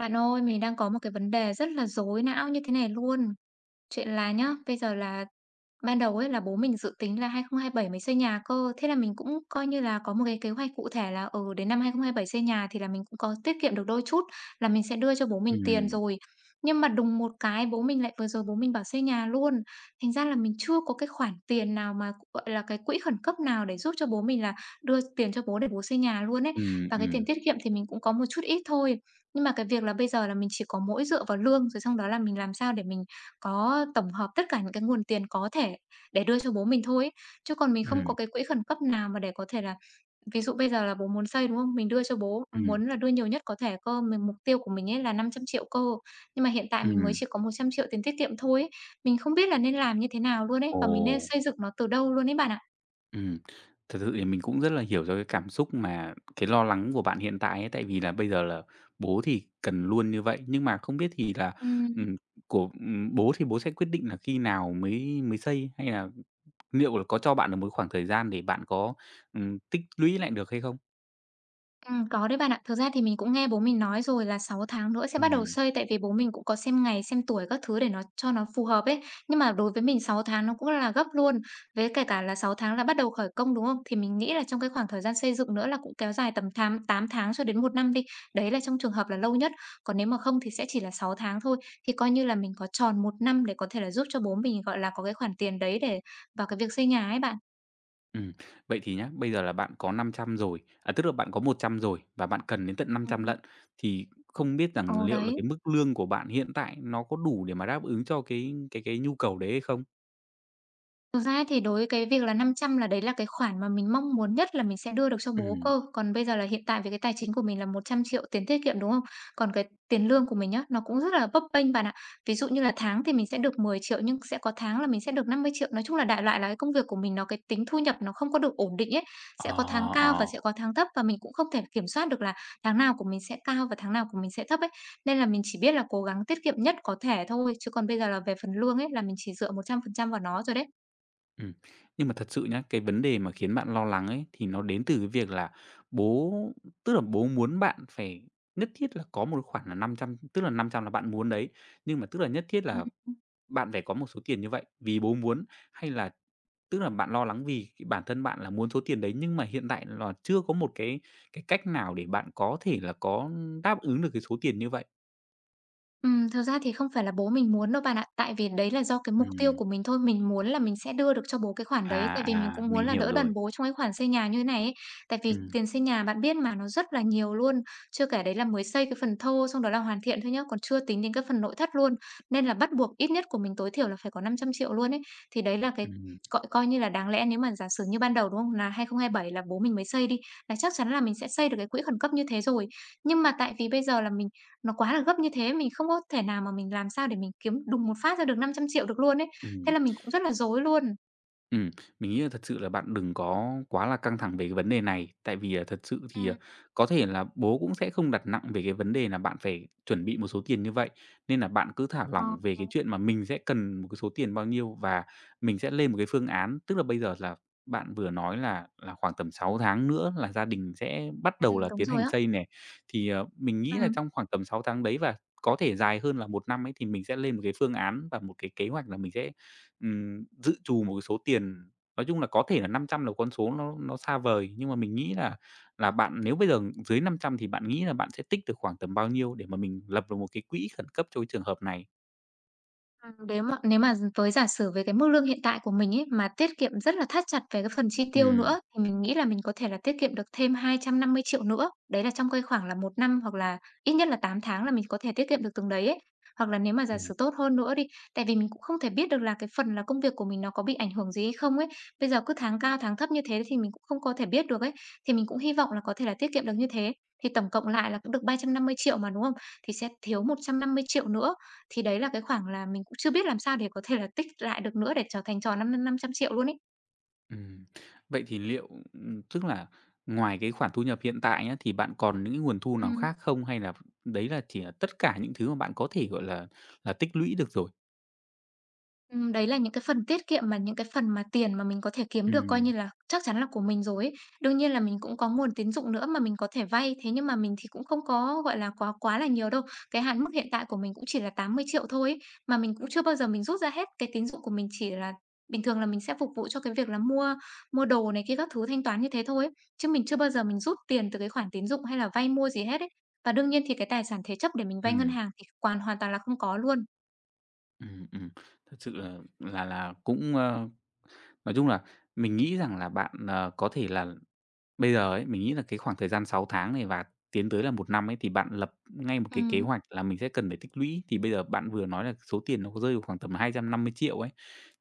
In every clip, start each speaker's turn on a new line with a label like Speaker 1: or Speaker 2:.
Speaker 1: Bạn ơi, mình đang có một cái vấn đề rất là rối não như thế này luôn. Chuyện là nhá, bây giờ là ban đầu ấy là bố mình dự tính là 2027 mới xây nhà cơ. Thế là mình cũng coi như là có một cái kế hoạch cụ thể là, đến năm 2027 xây nhà thì là mình cũng có tiết kiệm được đôi chút là mình sẽ đưa cho bố mình tiền
Speaker 2: Ừm,
Speaker 1: rồi. Nhưng mà đùng một cái bố mình lại vừa rồi bố mình bảo xây nhà luôn. Thành ra là mình chưa có cái khoản tiền nào mà, gọi là, cái quỹ khẩn cấp nào để giúp cho bố mình là đưa tiền cho bố để bố xây nhà luôn ấy.
Speaker 2: ừm,
Speaker 1: Và cái tiền
Speaker 2: ừm,
Speaker 1: tiết kiệm thì mình cũng có một chút ít thôi. Nhưng mà cái việc là bây giờ là mình chỉ có mỗi dựa vào lương, rồi xong đó là mình làm sao để mình có tổng hợp tất cả những cái nguồn tiền có thể để đưa cho bố mình thôi ấy. Chứ còn mình không có
Speaker 2: ừm,
Speaker 1: cái quỹ khẩn cấp nào mà để có thể là ví dụ bây giờ là bố muốn xây, đúng không? Mình đưa cho bố,
Speaker 2: ừm,
Speaker 1: muốn là đưa nhiều nhất có thể cơ, mình mục tiêu của mình ấy là 500 triệu cơ. Nhưng mà hiện tại mình mới
Speaker 2: ừm.
Speaker 1: chỉ có 100 triệu tiền tiết kiệm thôi ấy. Mình không biết là nên làm như thế nào luôn ấy, và mình nên
Speaker 2: Ồ,
Speaker 1: xây dựng nó từ đâu luôn ấy bạn ạ.
Speaker 2: ừm. Thật sự thì mình cũng rất là hiểu cho cái cảm xúc mà cái lo lắng của bạn hiện tại ấy, tại vì là bây giờ là bố thì cần luôn như vậy, nhưng mà không biết thì là,
Speaker 1: Ừm.
Speaker 2: ừm, của bố thì bố sẽ quyết định là khi nào mới mới xây, hay là liệu là có cho bạn được một khoảng thời gian để bạn có, tích lũy lại được hay không?
Speaker 1: Có đấy bạn ạ. Thực ra thì mình cũng nghe bố mình nói rồi là 6 tháng nữa sẽ bắt đầu
Speaker 2: Ừm.
Speaker 1: xây, tại vì bố mình cũng có xem ngày, xem tuổi các thứ để nó cho nó phù hợp ấy. Nhưng mà đối với mình 6 tháng nó cũng là gấp luôn, với kể cả là 6 tháng là bắt đầu khởi công, đúng không? Thì mình nghĩ là trong cái khoảng thời gian xây dựng nữa là cũng kéo dài tầm tám tám tháng cho đến một năm đi. Đấy là trong trường hợp là lâu nhất, còn nếu mà không thì sẽ chỉ là 6 tháng thôi. Thì coi như là mình có tròn một năm để có thể là giúp cho bố mình, gọi là, có cái khoản tiền đấy để vào cái việc xây nhà ấy bạn.
Speaker 2: Ừm, Vậy thì nhá, bây giờ là bạn có 500 rồi, à, tức là bạn có 100 rồi và bạn cần đến tận 500
Speaker 1: Ừm.
Speaker 2: lận, thì không biết rằng
Speaker 1: Ồ,
Speaker 2: liệu là
Speaker 1: đấy.
Speaker 2: cái mức lương của bạn hiện tại nó có đủ để mà đáp ứng cho cái nhu cầu đấy hay không?
Speaker 1: Thực ra thì đối với cái việc là 500 là đấy là cái khoản mà mình mong muốn nhất là mình sẽ đưa được cho bố
Speaker 2: Ừm,
Speaker 1: cơ. Còn bây giờ là hiện tại về cái tài chính của mình là 100 triệu tiền tiết kiệm, đúng không? Còn cái tiền lương của mình nhá, nó cũng rất là bấp bênh bạn ạ. Ví dụ như là tháng thì mình sẽ được 10 triệu nhưng sẽ có tháng là mình sẽ được 50 triệu. Nói chung là đại loại là cái công việc của mình nó cái tính thu nhập nó không có được ổn định ấy, sẽ
Speaker 2: ờ,
Speaker 1: có tháng cao và
Speaker 2: ờ,
Speaker 1: sẽ có tháng thấp và mình cũng không thể kiểm soát được là tháng nào của mình sẽ cao và tháng nào của mình sẽ thấp ấy. Nên là mình chỉ biết là cố gắng tiết kiệm nhất có thể thôi, chứ còn bây giờ là về phần lương ấy là mình chỉ dựa 100% vào nó rồi đấy.
Speaker 2: ừm. Nhưng mà thật sự nhá, cái vấn đề mà khiến bạn lo lắng ấy, thì nó đến từ cái việc là bố tức là bố muốn bạn phải nhất thiết là có một khoản là năm trăm, tức là 500 là bạn muốn đấy, nhưng mà tức là nhất thiết
Speaker 1: Ừm,
Speaker 2: là bạn phải có một số tiền như vậy vì bố muốn, hay là tức là bạn lo lắng vì cái bản thân bạn là muốn số tiền đấy, nhưng mà hiện tại là chưa có một cái cách nào để bạn có thể là có đáp ứng được cái số tiền như vậy?
Speaker 1: thực ra thì không phải là bố mình muốn đâu bạn ạ. Tại vì đấy là do cái mục tiêu
Speaker 2: Ừm,
Speaker 1: của mình thôi, mình muốn là mình sẽ đưa được cho bố cái khoản đấy,
Speaker 2: à,
Speaker 1: tại vì mình
Speaker 2: à,
Speaker 1: cũng muốn
Speaker 2: mình
Speaker 1: là
Speaker 2: hiểu
Speaker 1: đỡ đần
Speaker 2: rồi.
Speaker 1: bố trong cái khoản xây nhà như thế này ấy. Tại vì
Speaker 2: Ừm,
Speaker 1: tiền xây nhà bạn biết mà, nó rất là nhiều luôn, chưa kể đấy là mới xây cái phần thô xong đó là hoàn thiện thôi nhá, còn chưa tính đến cái phần nội thất luôn. Nên là bắt buộc ít nhất của mình tối thiểu là phải có 500 triệu luôn ấy. Thì đấy là cái
Speaker 2: ừm,
Speaker 1: coi coi như là đáng lẽ nếu mà giả sử như ban đầu, đúng không? Là 2027 là bố mình mới xây đi, là chắc chắn là mình sẽ xây được cái quỹ khẩn cấp như thế rồi. Nhưng mà tại vì bây giờ là mình, nó quá là gấp như thế, mình không có thể nào mà mình làm sao để mình kiếm đùng một phát ra được 500 triệu được luôn ấy. Thế
Speaker 2: ừm.
Speaker 1: là mình cũng rất là rối luôn.
Speaker 2: Ừm, mình nghĩ là thật sự là bạn đừng có quá là căng thẳng về cái vấn đề này, tại vì, là thật sự thì, à,
Speaker 1: Ừm.
Speaker 2: có thể là bố cũng sẽ không đặt nặng về cái vấn đề là bạn phải chuẩn bị một số tiền như vậy, nên là bạn cứ thả
Speaker 1: Ờ.
Speaker 2: lỏng về cái chuyện mà mình sẽ cần một cái số tiền bao nhiêu, và mình sẽ lên một cái phương án. Tức là bây giờ là bạn vừa nói là khoảng tầm 6 tháng nữa là gia đình sẽ bắt đầu là
Speaker 1: Đúng
Speaker 2: tiến
Speaker 1: rồi
Speaker 2: hành
Speaker 1: á.
Speaker 2: xây này, thì, mình nghĩ là
Speaker 1: Ừm.
Speaker 2: trong khoảng tầm 6 tháng đấy và có thể dài hơn là một năm ấy, thì mình sẽ lên một cái phương án và một cái kế hoạch là mình sẽ dự trù một cái số tiền. Nói chung là có thể là 500 là con số nó xa vời, nhưng mà mình nghĩ là bạn nếu bây giờ dưới 500 thì bạn nghĩ là bạn sẽ tích được khoảng tầm bao nhiêu để mà mình lập được một cái quỹ khẩn cấp cho cái trường hợp này?
Speaker 1: Nếu mà với giả sử với cái mức lương hiện tại của mình ấy, mà tiết kiệm rất là thắt chặt về cái phần chi tiêu
Speaker 2: Ừm,
Speaker 1: nữa, thì mình nghĩ là mình có thể là tiết kiệm được thêm 250 triệu nữa. Đấy là trong cái khoảng là một năm hoặc là ít nhất là 8 tháng là mình có thể tiết kiệm được từng đấy ấy. Hoặc là nếu mà giả
Speaker 2: ừm.
Speaker 1: sử tốt hơn nữa đi, tại vì mình cũng không thể biết được là cái phần là công việc của mình nó có bị ảnh hưởng gì hay không ấy. Bây giờ cứ tháng cao tháng thấp như thế thì mình cũng không có thể biết được ấy, thì mình cũng hy vọng là có thể là tiết kiệm được như thế. Thì tổng cộng lại là cũng được 350 triệu mà, đúng không? Thì sẽ thiếu 150 triệu nữa. Thì đấy là cái khoảng là mình cũng chưa biết làm sao để có thể là tích lại được nữa để trở thành tròn năm năm trăm triệu luôn ấy.
Speaker 2: Ừm, Vậy thì liệu, tức là ngoài cái khoản thu nhập hiện tại nhá, thì bạn còn những cái nguồn thu nào
Speaker 1: Ừm.
Speaker 2: khác không? Hay là đấy là chỉ là tất cả những thứ mà bạn có thể, gọi là tích lũy được rồi?
Speaker 1: Đấy là những cái phần tiết kiệm mà những cái phần mà tiền mà mình có thể kiếm được coi như
Speaker 2: Ừm,
Speaker 1: là chắc chắn là của mình rồi ấy. Đương nhiên là mình cũng có nguồn tín dụng nữa mà mình có thể vay, thế nhưng mà mình thì cũng không có, gọi là, quá quá là nhiều đâu. Cái hạn mức hiện tại của mình cũng chỉ là 80 triệu thôi ấy, mà mình cũng chưa bao giờ mình rút ra hết. Cái tín dụng của mình chỉ là bình thường là mình sẽ phục vụ cho cái việc là mua mua đồ này kia các thứ, thanh toán như thế thôi ấy, chứ mình chưa bao giờ mình rút tiền từ cái khoản tín dụng hay là vay mua gì hết ấy. Và đương nhiên thì cái tài sản thế chấp để mình vay ngân
Speaker 2: ừm,
Speaker 1: hàng thì hoàn hoàn toàn là không có luôn.
Speaker 2: ừm, ừm. Thật sự là cũng, nói chung là mình nghĩ rằng là bạn, có thể là bây giờ ấy, mình nghĩ là cái khoảng thời gian 6 tháng này và tiến tới là một năm ấy, thì bạn lập ngay một cái kế
Speaker 1: Ừm.
Speaker 2: hoạch là mình sẽ cần phải tích lũy. Thì bây giờ bạn vừa nói là số tiền nó có rơi vào khoảng tầm 250 triệu ấy,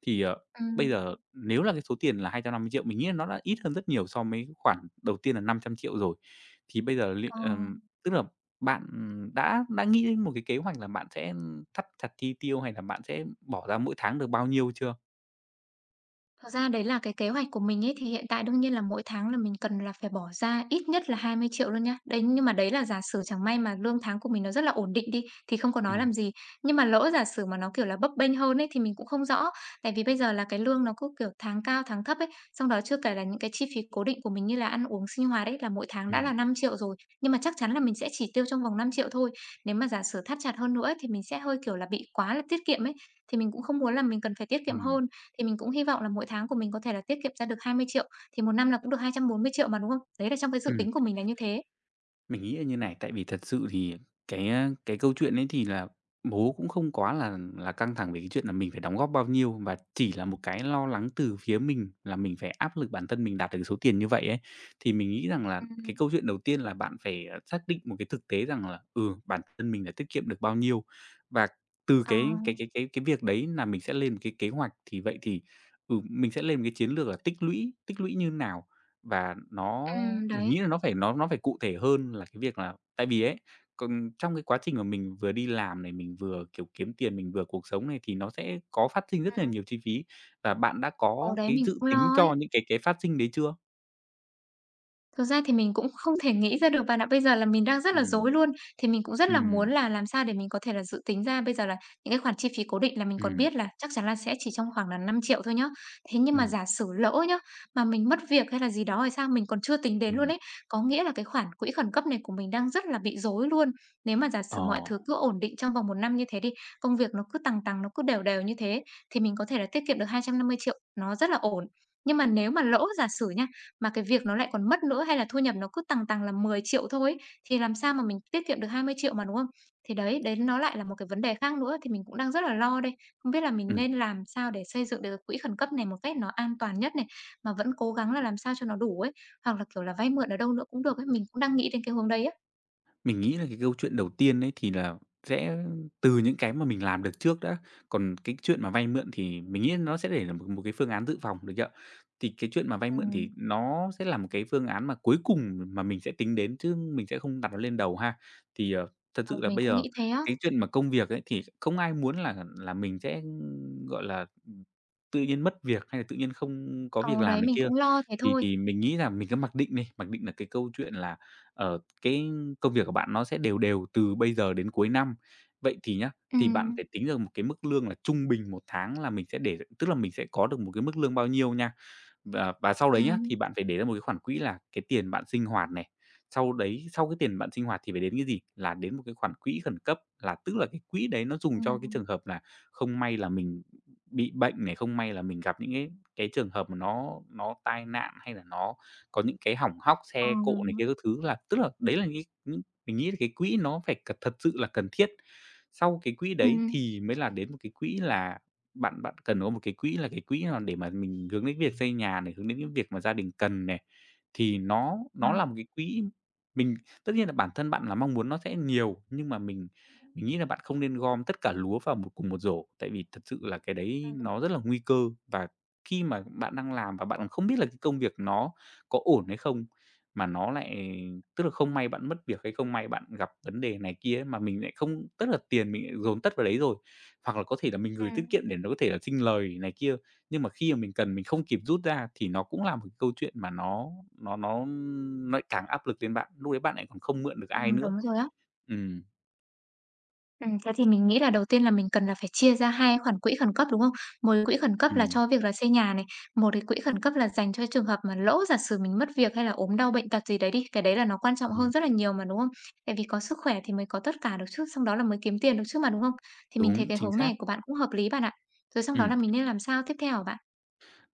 Speaker 2: thì, bây
Speaker 1: Ừm.
Speaker 2: giờ nếu là cái số tiền là 250 triệu mình nghĩ là nó đã ít hơn rất nhiều so với cái khoản đầu tiên là 500 triệu rồi. Thì bây giờ liệu
Speaker 1: Ờ,
Speaker 2: tức là bạn, đã nghĩ đến một cái kế hoạch là bạn sẽ thắt chặt chi tiêu hay là bạn sẽ bỏ ra mỗi tháng được bao nhiêu chưa?
Speaker 1: thật ra đấy là cái kế hoạch của mình ấy, thì hiện tại đương nhiên là mỗi tháng là mình cần là phải bỏ ra ít nhất là 20 triệu luôn nhá. Đấy, nhưng mà đấy là giả sử chẳng may mà lương tháng của mình nó rất là ổn định đi, thì không có nói
Speaker 2: Ừm,
Speaker 1: làm gì. Nhưng mà lỡ giả sử mà nó, kiểu là, bấp bênh hơn ấy, thì mình cũng không rõ. Tại vì bây giờ là cái lương nó cứ, kiểu, tháng cao tháng thấp ấy, xong đó chưa kể là những cái chi phí cố định của mình như là ăn uống sinh hoạt ấy, là mỗi tháng đã
Speaker 2: ừm,
Speaker 1: là 5 triệu rồi. Nhưng mà chắc chắn là mình sẽ chỉ tiêu trong vòng 5 triệu thôi. Nếu mà giả sử thắt chặt hơn nữa ấy, thì mình sẽ hơi, kiểu là, bị quá là tiết kiệm ấy, thì mình cũng không muốn là mình cần phải tiết kiệm
Speaker 2: ừm,
Speaker 1: hơn. Thì mình cũng hy vọng là mỗi tháng của mình có thể là tiết kiệm ra được 20 triệu thì một năm là cũng được 240 triệu mà, đúng không? Đấy là trong cái dự
Speaker 2: ừm.
Speaker 1: tính của mình là như thế.
Speaker 2: Mình nghĩ là như này, tại vì thật sự thì cái câu chuyện ấy thì là bố cũng không quá là căng thẳng về cái chuyện là mình phải đóng góp bao nhiêu, và chỉ là một cái lo lắng từ phía mình là mình phải áp lực bản thân mình đạt được số tiền như vậy ấy. Thì mình nghĩ rằng là cái
Speaker 1: Ừm.
Speaker 2: câu chuyện đầu tiên là bạn phải, xác định một cái thực tế rằng là, ừ, bản thân mình đã tiết kiệm được bao nhiêu, và từ
Speaker 1: Ờ,
Speaker 2: cái việc đấy là mình sẽ lên một cái kế hoạch. Thì vậy thì, mình sẽ lên một cái chiến lược là tích lũy như nào, và nó mình nghĩ
Speaker 1: đấy.
Speaker 2: là nó phải cụ thể hơn là cái việc là tại vì ấy, còn trong cái quá trình mà mình vừa đi làm này, mình vừa, kiểu, kiếm tiền, mình vừa cuộc sống này thì nó sẽ có phát sinh rất là
Speaker 1: Ừm.
Speaker 2: nhiều chi phí. Và bạn đã
Speaker 1: Hồi
Speaker 2: có
Speaker 1: đấy
Speaker 2: cái
Speaker 1: mình
Speaker 2: dự
Speaker 1: cũng
Speaker 2: tính
Speaker 1: lo ấy.
Speaker 2: cho những cái phát sinh đấy chưa?
Speaker 1: Thực ra thì mình cũng không thể nghĩ ra được bạn ạ. Bây giờ là mình đang rất là
Speaker 2: Ừm,
Speaker 1: rối luôn. Thì mình cũng rất là
Speaker 2: ừm,
Speaker 1: muốn là làm sao để mình có thể là dự tính ra bây giờ là những cái khoản chi phí cố định là mình còn
Speaker 2: ừm,
Speaker 1: biết là chắc chắn là sẽ chỉ trong khoảng là 5 triệu thôi nhá. Thế nhưng mà
Speaker 2: ừm,
Speaker 1: giả sử lỡ nhá, mà mình mất việc hay là gì đó thì sao, mình còn chưa tính đến luôn
Speaker 2: ừm,
Speaker 1: ấy. Có nghĩa là cái khoản quỹ khẩn cấp này của mình đang rất là bị rối luôn. Nếu mà giả
Speaker 2: ờ,
Speaker 1: sử mọi thứ cứ ổn định trong vòng một năm như thế đi, công việc nó cứ tăng tăng nó cứ đều đều như thế thì mình có thể là tiết kiệm được 250 triệu nó rất là ổn. Nhưng mà nếu mà lỡ giả sử nha, mà cái việc nó lại còn mất nữa, hay là thu nhập nó cứ tằng tằng là 10 triệu thôi ấy, thì làm sao mà mình tiết kiệm được 20 triệu mà, đúng không? Thì đấy, đấy nó lại là một cái vấn đề khác nữa, thì mình cũng đang rất là lo đây. Không biết là mình
Speaker 2: ừm.
Speaker 1: nên làm sao để xây dựng được cái quỹ khẩn cấp này một cách nó an toàn nhất này, mà vẫn cố gắng là làm sao cho nó đủ ấy, hoặc là, kiểu là, vay mượn ở đâu nữa cũng được ấy, mình cũng đang nghĩ đến cái hướng đấy á.
Speaker 2: Mình nghĩ là cái câu chuyện đầu tiên ấy thì là sẽ từ những cái mà mình làm được trước đã, còn cái chuyện mà vay mượn thì mình nghĩ nó sẽ để là một một cái phương án dự phòng, được chưa? Thì cái chuyện mà vay mượn
Speaker 1: Ừm.
Speaker 2: thì nó sẽ là một cái phương án mà cuối cùng mà mình sẽ tính đến, chứ mình sẽ không đặt nó lên đầu ha. Thì, thật
Speaker 1: Ờ,
Speaker 2: sự là
Speaker 1: mình
Speaker 2: bây
Speaker 1: cũng
Speaker 2: giờ
Speaker 1: nghĩ thế á.
Speaker 2: cái chuyện mà công việc ấy thì không ai muốn là mình sẽ, gọi là, tự nhiên mất việc hay là tự nhiên không có việc
Speaker 1: Ờ, đấy,
Speaker 2: làm này
Speaker 1: mình
Speaker 2: kia.
Speaker 1: cũng lo thế
Speaker 2: Thì
Speaker 1: thôi.
Speaker 2: thì mình nghĩ là mình cứ mặc định đi, mặc định là cái câu chuyện là, ở cái công việc của bạn nó sẽ đều đều từ bây giờ đến cuối năm. Vậy thì nhá, thì bạn
Speaker 1: Ừm,
Speaker 2: phải tính được một cái mức lương là trung bình một tháng là mình sẽ để tức là mình sẽ có được một cái mức lương bao nhiêu nha. Và sau đấy nhá,
Speaker 1: ừm.
Speaker 2: thì bạn phải để ra một cái khoản quỹ là cái tiền bạn sinh hoạt này, sau đấy sau cái tiền bạn sinh hoạt thì phải đến cái gì? Là đến một cái khoản quỹ khẩn cấp, là tức là cái quỹ đấy nó dùng cho cái
Speaker 1: Ừm.
Speaker 2: trường hợp là không may là mình bị bệnh này, không may là mình gặp những cái trường hợp mà nó tai nạn hay là nó có những cái hỏng hóc,
Speaker 1: Ờ.
Speaker 2: xe cộ này kia các thứ, là tức là đấy là những mình nghĩ là cái quỹ nó phải thật sự là cần thiết. Sau cái quỹ đấy
Speaker 1: Ừm.
Speaker 2: thì mới là đến một cái quỹ là bạn bạn cần có một cái quỹ là để mà mình hướng đến việc xây nhà này, hướng đến những việc mà gia đình cần này, thì nó
Speaker 1: Ờ,
Speaker 2: nó là một cái quỹ mình tất nhiên là bản thân bạn là mong muốn nó sẽ nhiều, nhưng mà mình nghĩ là bạn không nên gom tất cả lúa vào một cùng một rổ, tại vì thật sự là cái đấy
Speaker 1: Ừm,
Speaker 2: nó rất là nguy cơ, và khi mà bạn đang làm và bạn còn không biết là cái công việc nó có ổn hay không, mà nó lại tức là không may bạn mất việc hay không may bạn gặp vấn đề này kia ấy, mà mình lại không tức là tiền mình lại dồn tất vào đấy rồi, hoặc là có thể là mình gửi tiết kiệm
Speaker 1: ừm.
Speaker 2: để nó có thể là sinh lời này kia, nhưng mà khi mà mình cần mình không kịp rút ra thì nó cũng là một cái câu chuyện mà nó lại càng áp lực lên bạn, lúc đấy bạn lại còn không mượn được ai nữa.
Speaker 1: Đúng rồi á.
Speaker 2: Ừm,
Speaker 1: Thế thì mình nghĩ là đầu tiên là mình cần là phải chia ra hai khoản quỹ khẩn cấp, đúng không? Một quỹ khẩn cấp là cho việc là xây nhà này, một cái quỹ khẩn cấp là dành cho trường hợp mà lỡ giả sử mình mất việc hay là ốm đau bệnh tật gì đấy đi, cái đấy là nó quan trọng
Speaker 2: ừm.
Speaker 1: hơn rất là nhiều mà, đúng không? Tại vì có sức khỏe thì mới có tất cả được chứ, xong đó là mới kiếm tiền được chứ mà, đúng không? Thì mình thấy
Speaker 2: Đúng,
Speaker 1: cái
Speaker 2: chính
Speaker 1: hướng
Speaker 2: xác.
Speaker 1: này của bạn cũng hợp lý bạn ạ. Rồi xong đó
Speaker 2: Ừ,
Speaker 1: là mình nên làm sao tiếp theo hả bạn?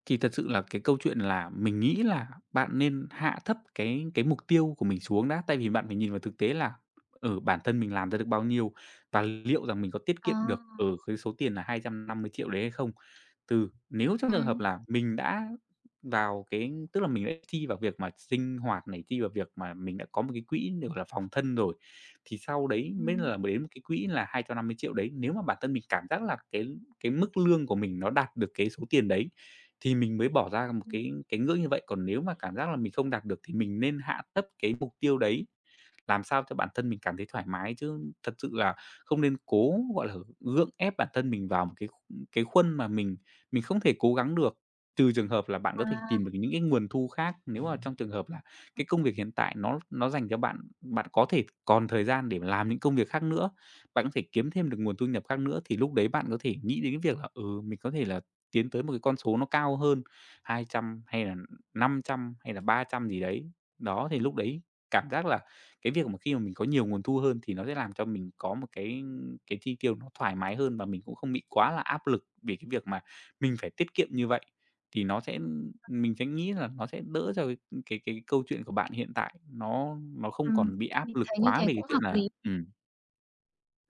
Speaker 2: thì thật sự là cái câu chuyện là mình nghĩ là bạn nên hạ thấp cái mục tiêu của mình xuống đã, tại vì bạn phải nhìn vào thực tế là, ở bản thân mình làm ra được bao nhiêu và liệu rằng mình có tiết
Speaker 1: Ờ,
Speaker 2: kiệm được, ở cái số tiền là hai trăm năm mươi triệu đấy hay không? Từ nếu trong trường hợp
Speaker 1: ừm.
Speaker 2: là mình đã vào cái tức là mình đã chi vào việc mà sinh hoạt này, chi vào việc mà mình đã có một cái quỹ để, gọi là, phòng thân rồi, thì sau đấy mới
Speaker 1: Ừm,
Speaker 2: là đến một cái quỹ là hai trăm năm mươi triệu đấy. Nếu mà bản thân mình cảm giác là cái mức lương của mình nó đạt được cái số tiền đấy, thì mình mới bỏ ra một
Speaker 1: ừm.
Speaker 2: cái ngưỡng như vậy. Còn nếu mà cảm giác là mình không đạt được thì mình nên hạ thấp cái mục tiêu đấy làm sao cho bản thân mình cảm thấy thoải mái, chứ thật sự là không nên cố, gọi là, gượng ép bản thân mình vào một cái khuôn mà mình không thể cố gắng được, trừ trường hợp là bạn có thể tìm được
Speaker 1: À,
Speaker 2: những cái nguồn thu khác. Nếu mà trong trường hợp là cái công việc hiện tại nó dành cho bạn, bạn có thể còn thời gian để mà làm những công việc khác nữa, bạn có thể kiếm thêm được nguồn thu nhập khác nữa, thì lúc đấy bạn có thể nghĩ đến cái việc là, ừ, mình có thể là tiến tới một cái con số nó cao hơn, 200 hay là 500 hay là 300 gì đấy. Đó, thì lúc đấy cảm giác là cái việc mà khi mà mình có nhiều nguồn thu hơn thì nó sẽ làm cho mình có một cái chi tiêu nó thoải mái hơn, và mình cũng không bị quá là áp lực vì cái việc mà mình phải tiết kiệm như vậy. Thì nó sẽ mình sẽ nghĩ là nó sẽ đỡ cho cái câu chuyện của bạn hiện tại, nó không
Speaker 1: ừm,
Speaker 2: còn bị
Speaker 1: mình
Speaker 2: áp lực
Speaker 1: thấy như
Speaker 2: quá
Speaker 1: thế
Speaker 2: về cái
Speaker 1: cũng
Speaker 2: chuyện
Speaker 1: hợp
Speaker 2: là
Speaker 1: lý.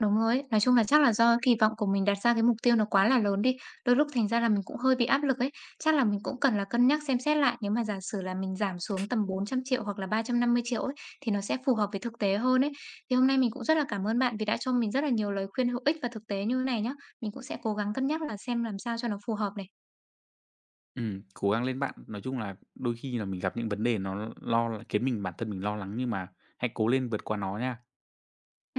Speaker 1: Đúng rồi ấy. Nói chung là chắc là do kỳ vọng của mình đặt ra cái mục tiêu nó quá là lớn đi, đôi lúc thành ra là mình cũng hơi bị áp lực ấy. Chắc là mình cũng cần là cân nhắc xem xét lại, nếu mà giả sử là mình giảm xuống tầm 400 triệu hoặc là 350 triệu ấy, thì nó sẽ phù hợp với thực tế hơn ấy. Thì hôm nay mình cũng rất là cảm ơn bạn vì đã cho mình rất là nhiều lời khuyên hữu ích và thực tế như thế này nhá. Mình cũng sẽ cố gắng cân nhắc là xem làm sao cho nó phù hợp này.
Speaker 2: cố gắng lên bạn. Nói chung là đôi khi là mình gặp những vấn đề nó lo là khiến mình bản thân mình lo lắng nhưng mà hãy cố lên vượt qua nó nha.